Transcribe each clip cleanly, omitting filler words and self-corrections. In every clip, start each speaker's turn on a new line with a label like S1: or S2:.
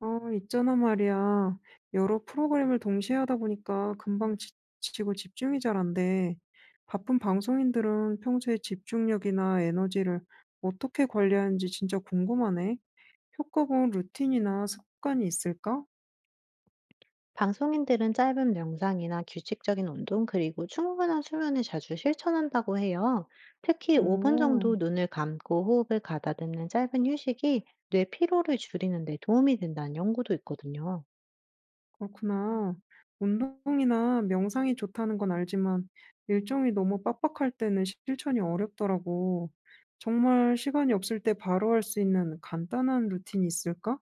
S1: 아, 있잖아 말이야. 여러 프로그램을 동시에 하다 보니까 금방 지치고 집중이 잘 안 돼. 바쁜 방송인들은 평소에 집중력이나 에너지를 어떻게 관리하는지 진짜 궁금하네. 효과본 루틴이나 습관이 있을까?
S2: 방송인들은 짧은 명상이나 규칙적인 운동, 그리고 충분한 수면을 자주 실천한다고 해요. 특히 5분
S1: 오,
S2: 정도 눈을 감고 호흡을 가다듬는 짧은 휴식이 뇌 피로를 줄이는 데 도움이 된다는 연구도 있거든요.
S1: 그렇구나. 운동이나 명상이 좋다는 건 알지만 일정이 너무 빡빡할 때는 실천이 어렵더라고. 정말 시간이 없을 때 바로 할 수 있는 간단한 루틴이 있을까?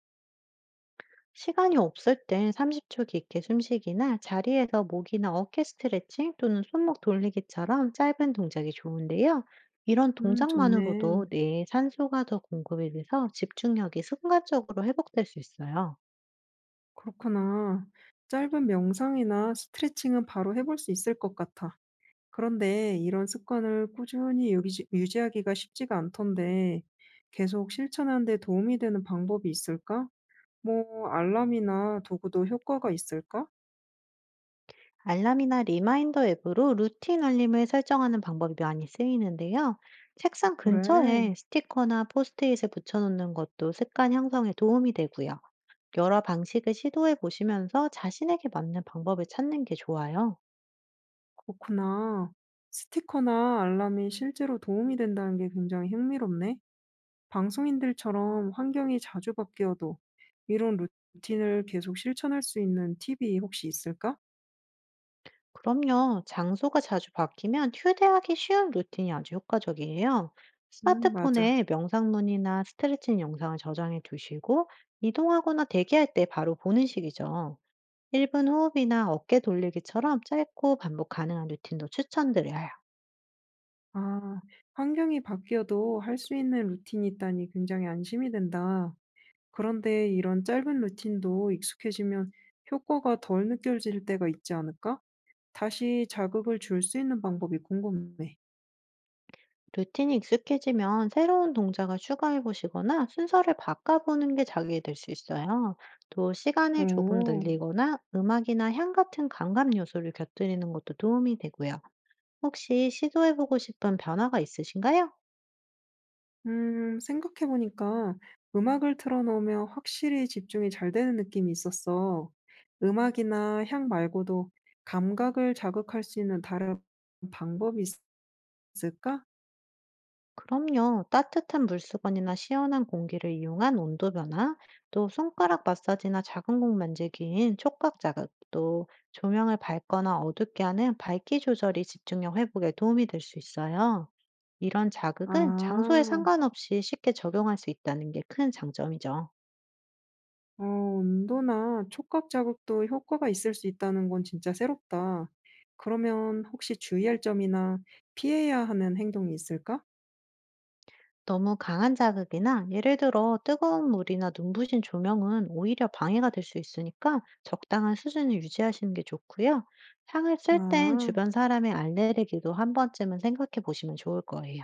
S2: 시간이 없을 땐 30초 깊게 숨쉬기나 자리에서 목이나 어깨 스트레칭 또는 손목 돌리기처럼 짧은 동작이 좋은데요. 이런
S1: 좋네.
S2: 동작만으로도 뇌에 산소가 더 공급이 돼서 집중력이 순간적으로 회복될 수 있어요.
S1: 그렇구나. 짧은 명상이나 스트레칭은 바로 해볼 수 있을 것 같아. 그런데 이런 습관을 꾸준히 유지하기가 쉽지가 않던데 계속 실천하는 데 도움이 되는 방법이 있을까? 뭐 알람이나 도구도 효과가 있을까?
S2: 알람이나 리마인더 앱으로 루틴 알림을 설정하는 방법이 많이 쓰이는데요. 책상
S1: 그래.
S2: 근처에 스티커나 포스트잇을 붙여놓는 것도 습관 형성에 도움이 되고요. 여러 방식을 시도해 보시면서 자신에게 맞는 방법을 찾는 게 좋아요.
S1: 그렇구나. 스티커나 알람이 실제로 도움이 된다는 게 굉장히 흥미롭네. 방송인들처럼 환경이 자주 바뀌어도 이런 루틴을 계속 실천할 수 있는 팁이 혹시 있을까?
S2: 그럼요, 장소가 자주 바뀌면 휴대하기 쉬운 루틴이 아주 효과적이에요.
S1: 맞아.
S2: 스마트폰에 명상문이나 스트레칭 영상을 저장해 두시고, 이동하거나 대기할 때 바로 보는 식이죠. 1분 호흡이나 어깨 돌리기처럼 짧고 반복 가능한 루틴도 추천드려요.
S1: 아, 환경이 바뀌어도 할 수 있는 루틴이 있다니 굉장히 안심이 된다. 그런데 이런 짧은 루틴도 익숙해지면 효과가 덜 느껴질 때가 있지 않을까? 다시 자극을 줄 수 있는 방법이 궁금해.
S2: 루틴이 익숙해지면 새로운 동작을 추가해 보시거나 순서를 바꿔보는 게 자극이 될 수 있어요. 또 시간을 조금
S1: 오.
S2: 늘리거나 음악이나 향 같은 감각 요소를 곁들이는 것도 도움이 되고요. 혹시 시도해 보고 싶은 변화가 있으신가요?
S1: 생각해 보니까 음악을 틀어 놓으면 확실히 집중이 잘 되는 느낌이 있었어. 음악이나 향 말고도 감각을 자극할 수 있는 다른 방법이 있- 있을까?
S2: 그럼요. 따뜻한 물수건이나 시원한 공기를 이용한 온도 변화, 또 손가락 마사지나 작은 곳 만지기인 촉각 자극, 또 조명을 밝거나 어둡게 하는 밝기 조절이 집중력 회복에 도움이 될 수 있어요. 이런 자극은
S1: 아,
S2: 장소에 상관없이 쉽게 적용할 수 있다는 게 큰 장점이죠.
S1: 어, 온도나 촉각 자극도 효과가 있을 수 있다는 건 진짜 새롭다. 그러면 혹시 주의할 점이나 피해야 하는 행동이 있을까?
S2: 너무 강한 자극이나 예를 들어 뜨거운 물이나 눈부신 조명은 오히려 방해가 될 수 있으니까 적당한 수준을 유지하시는 게 좋고요. 향을 쓸 땐
S1: 아.
S2: 주변 사람의 알레르기도 한 번쯤은 생각해 보시면 좋을 거예요.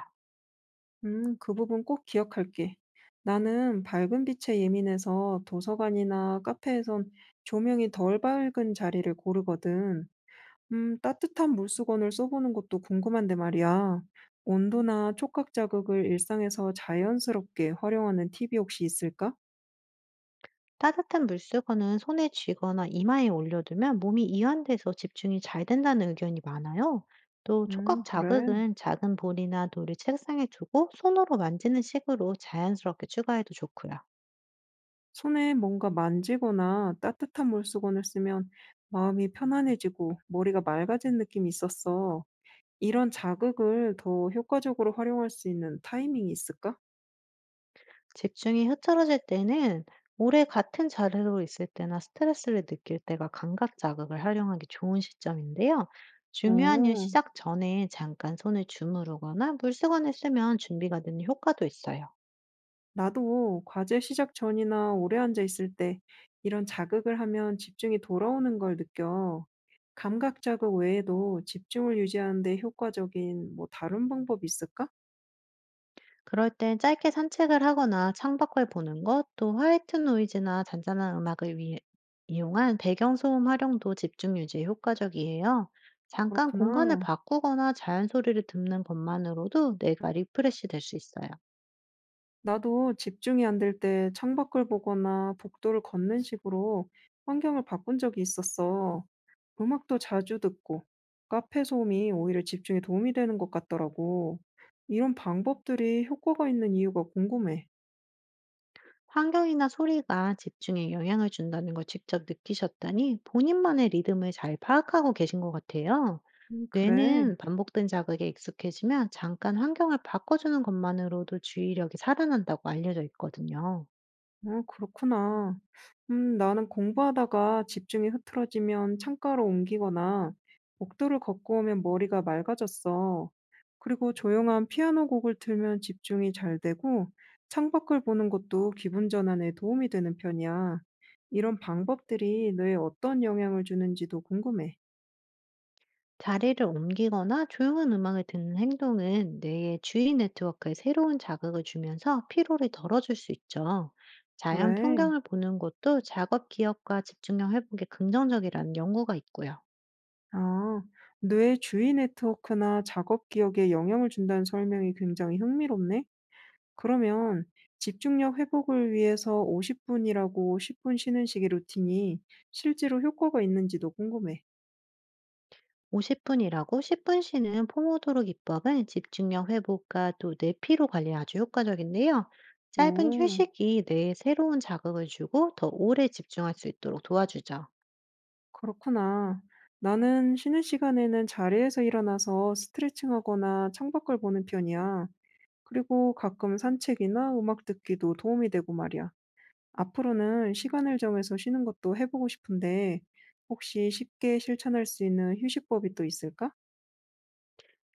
S1: 그 부분 꼭 기억할게. 나는 밝은 빛에 예민해서 도서관이나 카페에선 조명이 덜 밝은 자리를 고르거든. 따뜻한 물수건을 써보는 것도 궁금한데 말이야. 온도나 촉각 자극을 일상에서 자연스럽게 활용하는 팁이 혹시 있을까?
S2: 따뜻한 물수건은 손에 쥐거나 이마에 올려두면 몸이 이완돼서 집중이 잘 된다는 의견이 많아요. 또 촉각
S1: 그래.
S2: 자극은 작은 볼이나 돌을 책상에 두고 손으로 만지는 식으로 자연스럽게 추가해도 좋고요.
S1: 손에 뭔가 만지거나 따뜻한 물수건을 쓰면 마음이 편안해지고 머리가 맑아진 느낌이 있었어. 이런 자극을 더 효과적으로 활용할 수 있는 타이밍이 있을까?
S2: 집중이 흐트러질 때는 오래 같은 자리로 있을 때나 스트레스를 느낄 때가 감각 자극을 활용하기 좋은 시점인데요. 중요한 일
S1: 어,
S2: 시작 전에 잠깐 손을 주무르거나 물수건을 쓰면 준비가 되는 효과도 있어요.
S1: 나도 과제 시작 전이나 오래 앉아 있을 때 이런 자극을 하면 집중이 돌아오는 걸 느껴. 감각 자극 외에도 집중을 유지하는 데 효과적인 뭐 다른 방법이 있을까?
S2: 그럴 땐 짧게 산책을 하거나 창밖을 보는 것, 또 화이트 노이즈나 잔잔한 음악을 이용한 배경소음 활용도 집중 유지에 효과적이에요. 잠깐 공간을
S1: 그렇구나.
S2: 바꾸거나 자연 소리를 듣는 것만으로도 뇌가 리프레시 될 수 있어요.
S1: 나도 집중이 안 될 때 창밖을 보거나 복도를 걷는 식으로 환경을 바꾼 적이 있었어. 음악도 자주 듣고 카페 소음이 오히려 집중에 도움이 되는 것 같더라고. 이런 방법들이 효과가 있는 이유가 궁금해.
S2: 환경이나 소리가 집중에 영향을 준다는 걸 직접 느끼셨다니 본인만의 리듬을 잘 파악하고 계신 것 같아요.
S1: 그래,
S2: 뇌는 반복된 자극에 익숙해지면 잠깐 환경을 바꿔주는 것만으로도 주의력이 살아난다고 알려져 있거든요.
S1: 어, 그렇구나. 나는 공부하다가 집중이 흐트러지면 창가로 옮기거나 복도를 걷고 오면 머리가 맑아졌어. 그리고 조용한 피아노 곡을 틀면 집중이 잘 되고 창밖을 보는 것도 기분 전환에 도움이 되는 편이야. 이런 방법들이 뇌에 어떤 영향을 주는지도 궁금해.
S2: 자리를 옮기거나 조용한 음악을 듣는 행동은 뇌의 주위 네트워크에 새로운 자극을 주면서 피로를 덜어줄 수 있죠. 자연
S1: 그래.
S2: 풍경을 보는 것도 작업 기억과 집중력 회복에 긍정적이라는 연구가 있고요.
S1: 아, 뇌 주위 네트워크나 작업 기억에 영향을 준다는 설명이 굉장히 흥미롭네. 그러면 집중력 회복을 위해서 50분이라고 10분 쉬는 식의 루틴이 실제로 효과가 있는지도 궁금해.
S2: 50 분이라고 10분 쉬는 포모도로 기법은 집중력 회복과 또 뇌피로 관리에 아주 효과적인데요. 짧은
S1: 오,
S2: 휴식이 뇌에 새로운 자극을 주고 더 오래 집중할 수 있도록 도와주죠.
S1: 그렇구나. 나는 쉬는 시간에는 자리에서 일어나서 스트레칭하거나 창밖을 보는 편이야. 그리고 가끔 산책이나 음악 듣기도 도움이 되고 말이야. 앞으로는 시간을 정해서 쉬는 것도 해보고 싶은데, 혹시 쉽게 실천할 수 있는 휴식법이 또 있을까?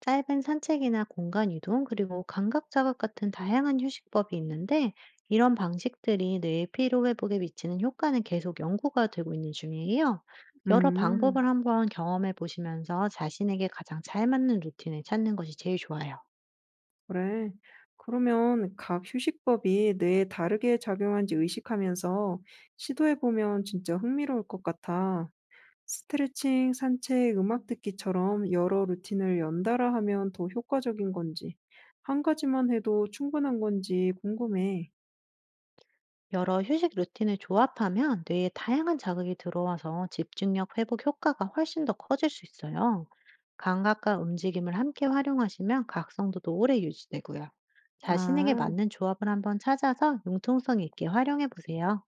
S2: 짧은 산책이나 공간 이동, 그리고 감각 자극 같은 다양한 휴식법이 있는데 이런 방식들이 뇌의 피로 회복에 미치는 효과는 계속 연구가 되고 있는 중이에요. 여러
S1: 음,
S2: 방법을 한번 경험해 보시면서 자신에게 가장 잘 맞는 루틴을 찾는 것이 제일 좋아요.
S1: 그래. 그러면 각 휴식법이 뇌에 다르게 작용한지 의식하면서 시도해보면 진짜 흥미로울 것 같아. 스트레칭, 산책, 음악 듣기처럼 여러 루틴을 연달아 하면 더 효과적인 건지, 한 가지만 해도 충분한 건지 궁금해.
S2: 여러 휴식 루틴을 조합하면 뇌에 다양한 자극이 들어와서 집중력 회복 효과가 훨씬 더 커질 수 있어요. 감각과 움직임을 함께 활용하시면 각성도도 오래 유지되고요. 자신에게
S1: 아.
S2: 맞는 조합을 한번 찾아서 융통성 있게 활용해 보세요.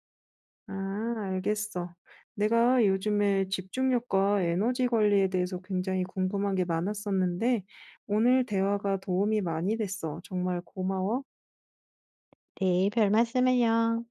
S1: 아 알겠어. 내가 요즘에 집중력과 에너지 관리에 대해서 굉장히 궁금한 게 많았었는데 오늘 대화가 도움이 많이 됐어. 정말 고마워.
S2: 네, 별 말씀을요.